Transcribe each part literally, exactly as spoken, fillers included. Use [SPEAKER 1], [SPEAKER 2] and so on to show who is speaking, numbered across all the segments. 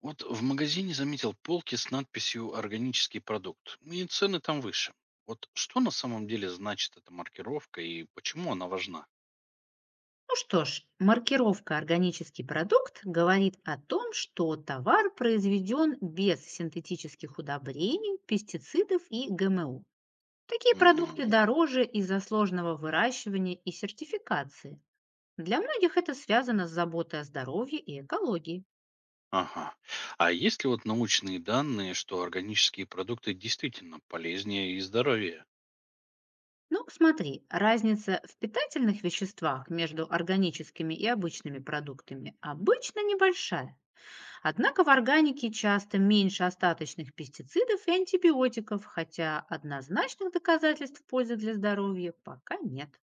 [SPEAKER 1] Вот в магазине заметил полки с надписью «Органический продукт», и цены там выше. Вот что на самом деле значит эта маркировка и почему она важна?
[SPEAKER 2] Ну что ж, маркировка «органический продукт» говорит о том, что товар произведен без синтетических удобрений, пестицидов и ГМО. Такие
[SPEAKER 1] Мгм.
[SPEAKER 2] продукты дороже из-за сложного выращивания и сертификации. Для многих это связано с заботой о здоровье и экологии.
[SPEAKER 1] Ага. А есть ли вот научные данные, что органические продукты действительно полезнее и здоровее?
[SPEAKER 2] Ну, смотри, разница в питательных веществах между органическими и обычными продуктами обычно небольшая. Однако в органике часто меньше остаточных пестицидов и антибиотиков, хотя однозначных доказательств пользы для здоровья пока нет.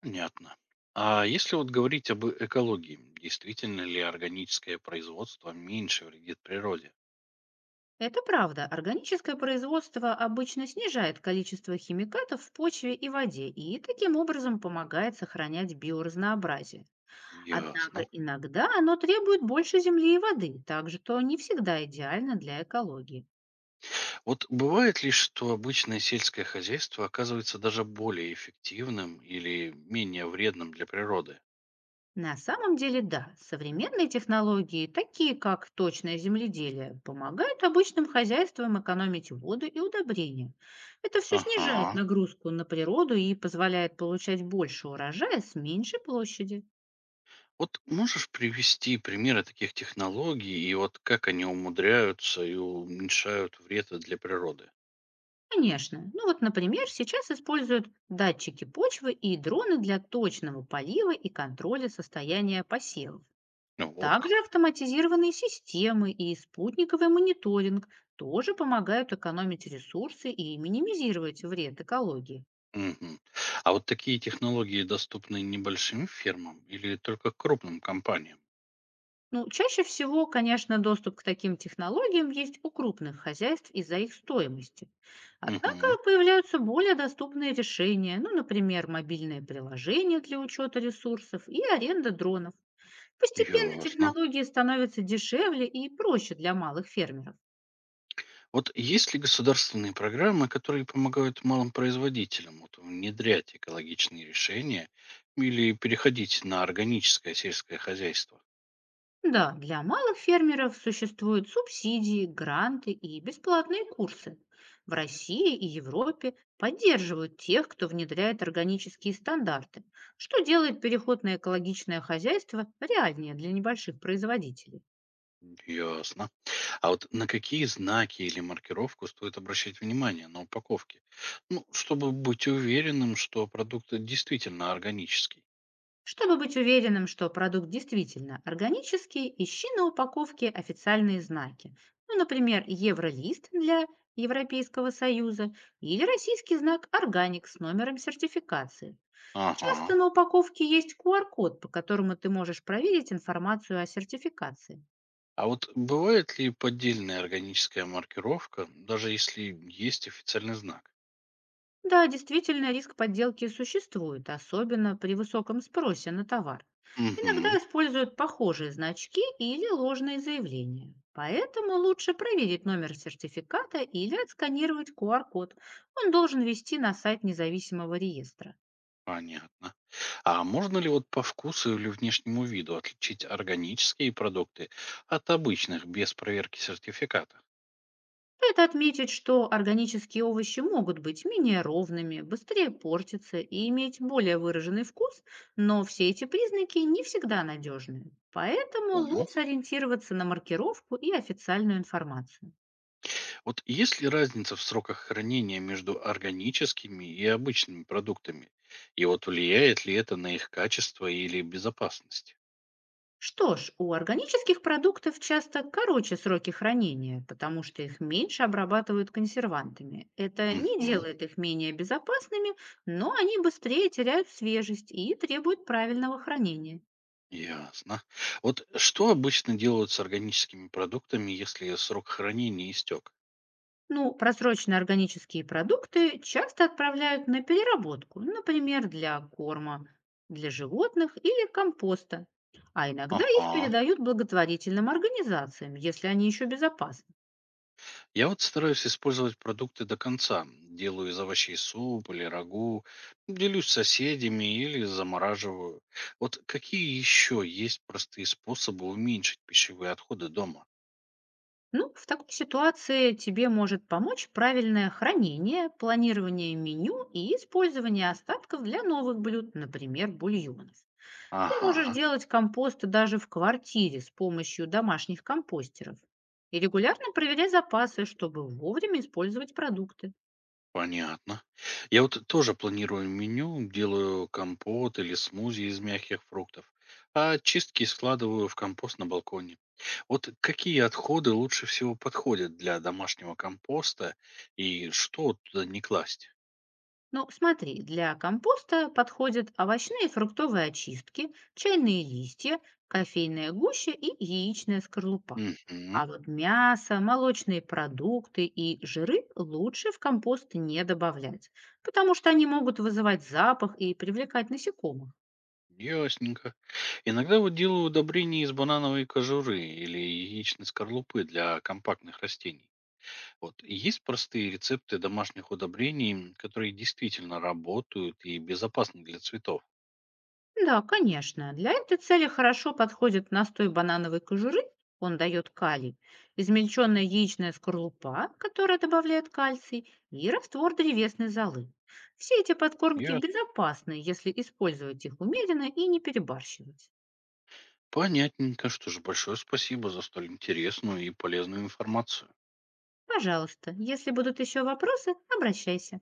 [SPEAKER 1] Понятно. А если вот говорить об экологии, действительно ли органическое производство меньше вредит природе?
[SPEAKER 2] Это правда. Органическое производство обычно снижает количество химикатов в почве и воде и таким образом помогает сохранять биоразнообразие. Однако
[SPEAKER 1] Ясно.
[SPEAKER 2] иногда оно требует больше земли и воды, так что не всегда идеально для экологии.
[SPEAKER 1] Вот бывает ли, что обычное сельское хозяйство оказывается даже более эффективным или менее вредным для природы?
[SPEAKER 2] На самом деле, да, современные технологии, такие как точное земледелие, помогают обычным хозяйствам экономить воду и удобрения. Это все снижает
[SPEAKER 1] Ага.
[SPEAKER 2] нагрузку на природу и позволяет получать больше урожая с меньшей площади.
[SPEAKER 1] Вот можешь привести примеры таких технологий и вот как они умудряются и уменьшают вред для природы?
[SPEAKER 2] Конечно. Ну вот, например, сейчас используют датчики почвы и дроны для точного полива и контроля состояния посевов.
[SPEAKER 1] Ну, вот
[SPEAKER 2] Также
[SPEAKER 1] как.
[SPEAKER 2] автоматизированные системы и спутниковый мониторинг тоже помогают экономить ресурсы и минимизировать вред экологии.
[SPEAKER 1] Мгм. А вот такие технологии доступны небольшим фермам или только крупным компаниям?
[SPEAKER 2] Ну, чаще всего, конечно, доступ к таким технологиям есть у крупных хозяйств из-за их стоимости. Однако
[SPEAKER 1] Угу.
[SPEAKER 2] появляются более доступные решения, ну, например, мобильные приложения для учета ресурсов и аренда дронов. Постепенно
[SPEAKER 1] Ясно.
[SPEAKER 2] технологии становятся дешевле и проще для малых фермеров.
[SPEAKER 1] Вот есть ли государственные программы, которые помогают малым производителям вот, внедрять экологичные решения или переходить на органическое сельское хозяйство?
[SPEAKER 2] Да, для малых фермеров существуют субсидии, гранты и бесплатные курсы. В России и Европе поддерживают тех, кто внедряет органические стандарты, что делает переход на экологичное хозяйство реальнее для небольших производителей.
[SPEAKER 1] Ясно. А вот на какие знаки или маркировку стоит обращать внимание на упаковке? Ну, чтобы быть уверенным, что продукт действительно органический.
[SPEAKER 2] Чтобы быть уверенным, что продукт действительно органический, ищи на упаковке официальные знаки. Ну, например, евролист для Европейского Союза или российский знак «Органик» с номером сертификации.
[SPEAKER 1] Ага.
[SPEAKER 2] Часто на упаковке есть Q R-код, по которому ты можешь проверить информацию о сертификации.
[SPEAKER 1] А вот бывает ли поддельная органическая маркировка, даже если есть официальный знак?
[SPEAKER 2] Да, действительно, риск подделки существует, особенно при высоком спросе на товар. Иногда
[SPEAKER 1] Угу.
[SPEAKER 2] используют похожие значки или ложные заявления. Поэтому лучше проверить номер сертификата или отсканировать Q R-код. Он должен вести на сайт независимого реестра.
[SPEAKER 1] Понятно. А можно ли вот по вкусу или внешнему виду отличить органические продукты от обычных без проверки сертификата?
[SPEAKER 2] Это отметить, что органические овощи могут быть менее ровными, быстрее портиться и иметь более выраженный вкус, но все эти признаки не всегда надежны. Поэтому
[SPEAKER 1] Понял.
[SPEAKER 2] лучше ориентироваться на маркировку и официальную информацию.
[SPEAKER 1] Вот есть ли разница в сроках хранения между органическими и обычными продуктами? И вот влияет ли это на их качество или безопасность?
[SPEAKER 2] Что ж, у органических продуктов часто короче сроки хранения, потому что их меньше обрабатывают консервантами. Это не
[SPEAKER 1] Мгм.
[SPEAKER 2] делает их менее безопасными, но они быстрее теряют свежесть и требуют правильного хранения.
[SPEAKER 1] Ясно. Вот что обычно делают с органическими продуктами, если срок хранения истек?
[SPEAKER 2] Ну, просроченные органические продукты часто отправляют на переработку, например, для корма для животных или компоста, а иногда их
[SPEAKER 1] Ага.
[SPEAKER 2] передают благотворительным организациям, если они еще безопасны.
[SPEAKER 1] Я вот стараюсь использовать продукты до конца. Делаю из овощей суп или рагу, делюсь с соседями или замораживаю. Вот какие еще есть простые способы уменьшить пищевые отходы дома?
[SPEAKER 2] Ну, в такой ситуации тебе может помочь правильное хранение, планирование меню и использование остатков для новых блюд, например, бульонов. Ты можешь
[SPEAKER 1] Ага,
[SPEAKER 2] делать компост даже в квартире с помощью домашних компостеров и регулярно проверять запасы, чтобы вовремя использовать продукты.
[SPEAKER 1] понятно. Я вот тоже планирую меню, делаю компот или смузи из мягких фруктов, а чистки складываю в компост на балконе. Вот какие отходы лучше всего подходят для домашнего компоста и что туда не класть?
[SPEAKER 2] Ну, смотри, для компоста подходят овощные и фруктовые очистки, чайные листья, кофейная гуща и яичная скорлупа.
[SPEAKER 1] Мгм.
[SPEAKER 2] А вот мясо, молочные продукты и жиры лучше в компост не добавлять, потому что они могут вызывать запах и привлекать насекомых.
[SPEAKER 1] Ясненько. Иногда вот делаю удобрения из банановой кожуры или яичной скорлупы для компактных растений. Вот есть простые рецепты домашних удобрений, м, которые действительно работают и безопасны для цветов.
[SPEAKER 2] Да, конечно. Для этой цели хорошо подходит настой банановой кожуры, он дает калий, измельченная яичная скорлупа, которая добавляет кальций, и раствор древесной золы. Все эти подкормки
[SPEAKER 1] Ясно.
[SPEAKER 2] безопасны, если использовать их умеренно и не перебарщивать.
[SPEAKER 1] Понятненько, что же, большое спасибо за столь интересную и полезную информацию.
[SPEAKER 2] Пожалуйста, если будут еще вопросы, обращайся.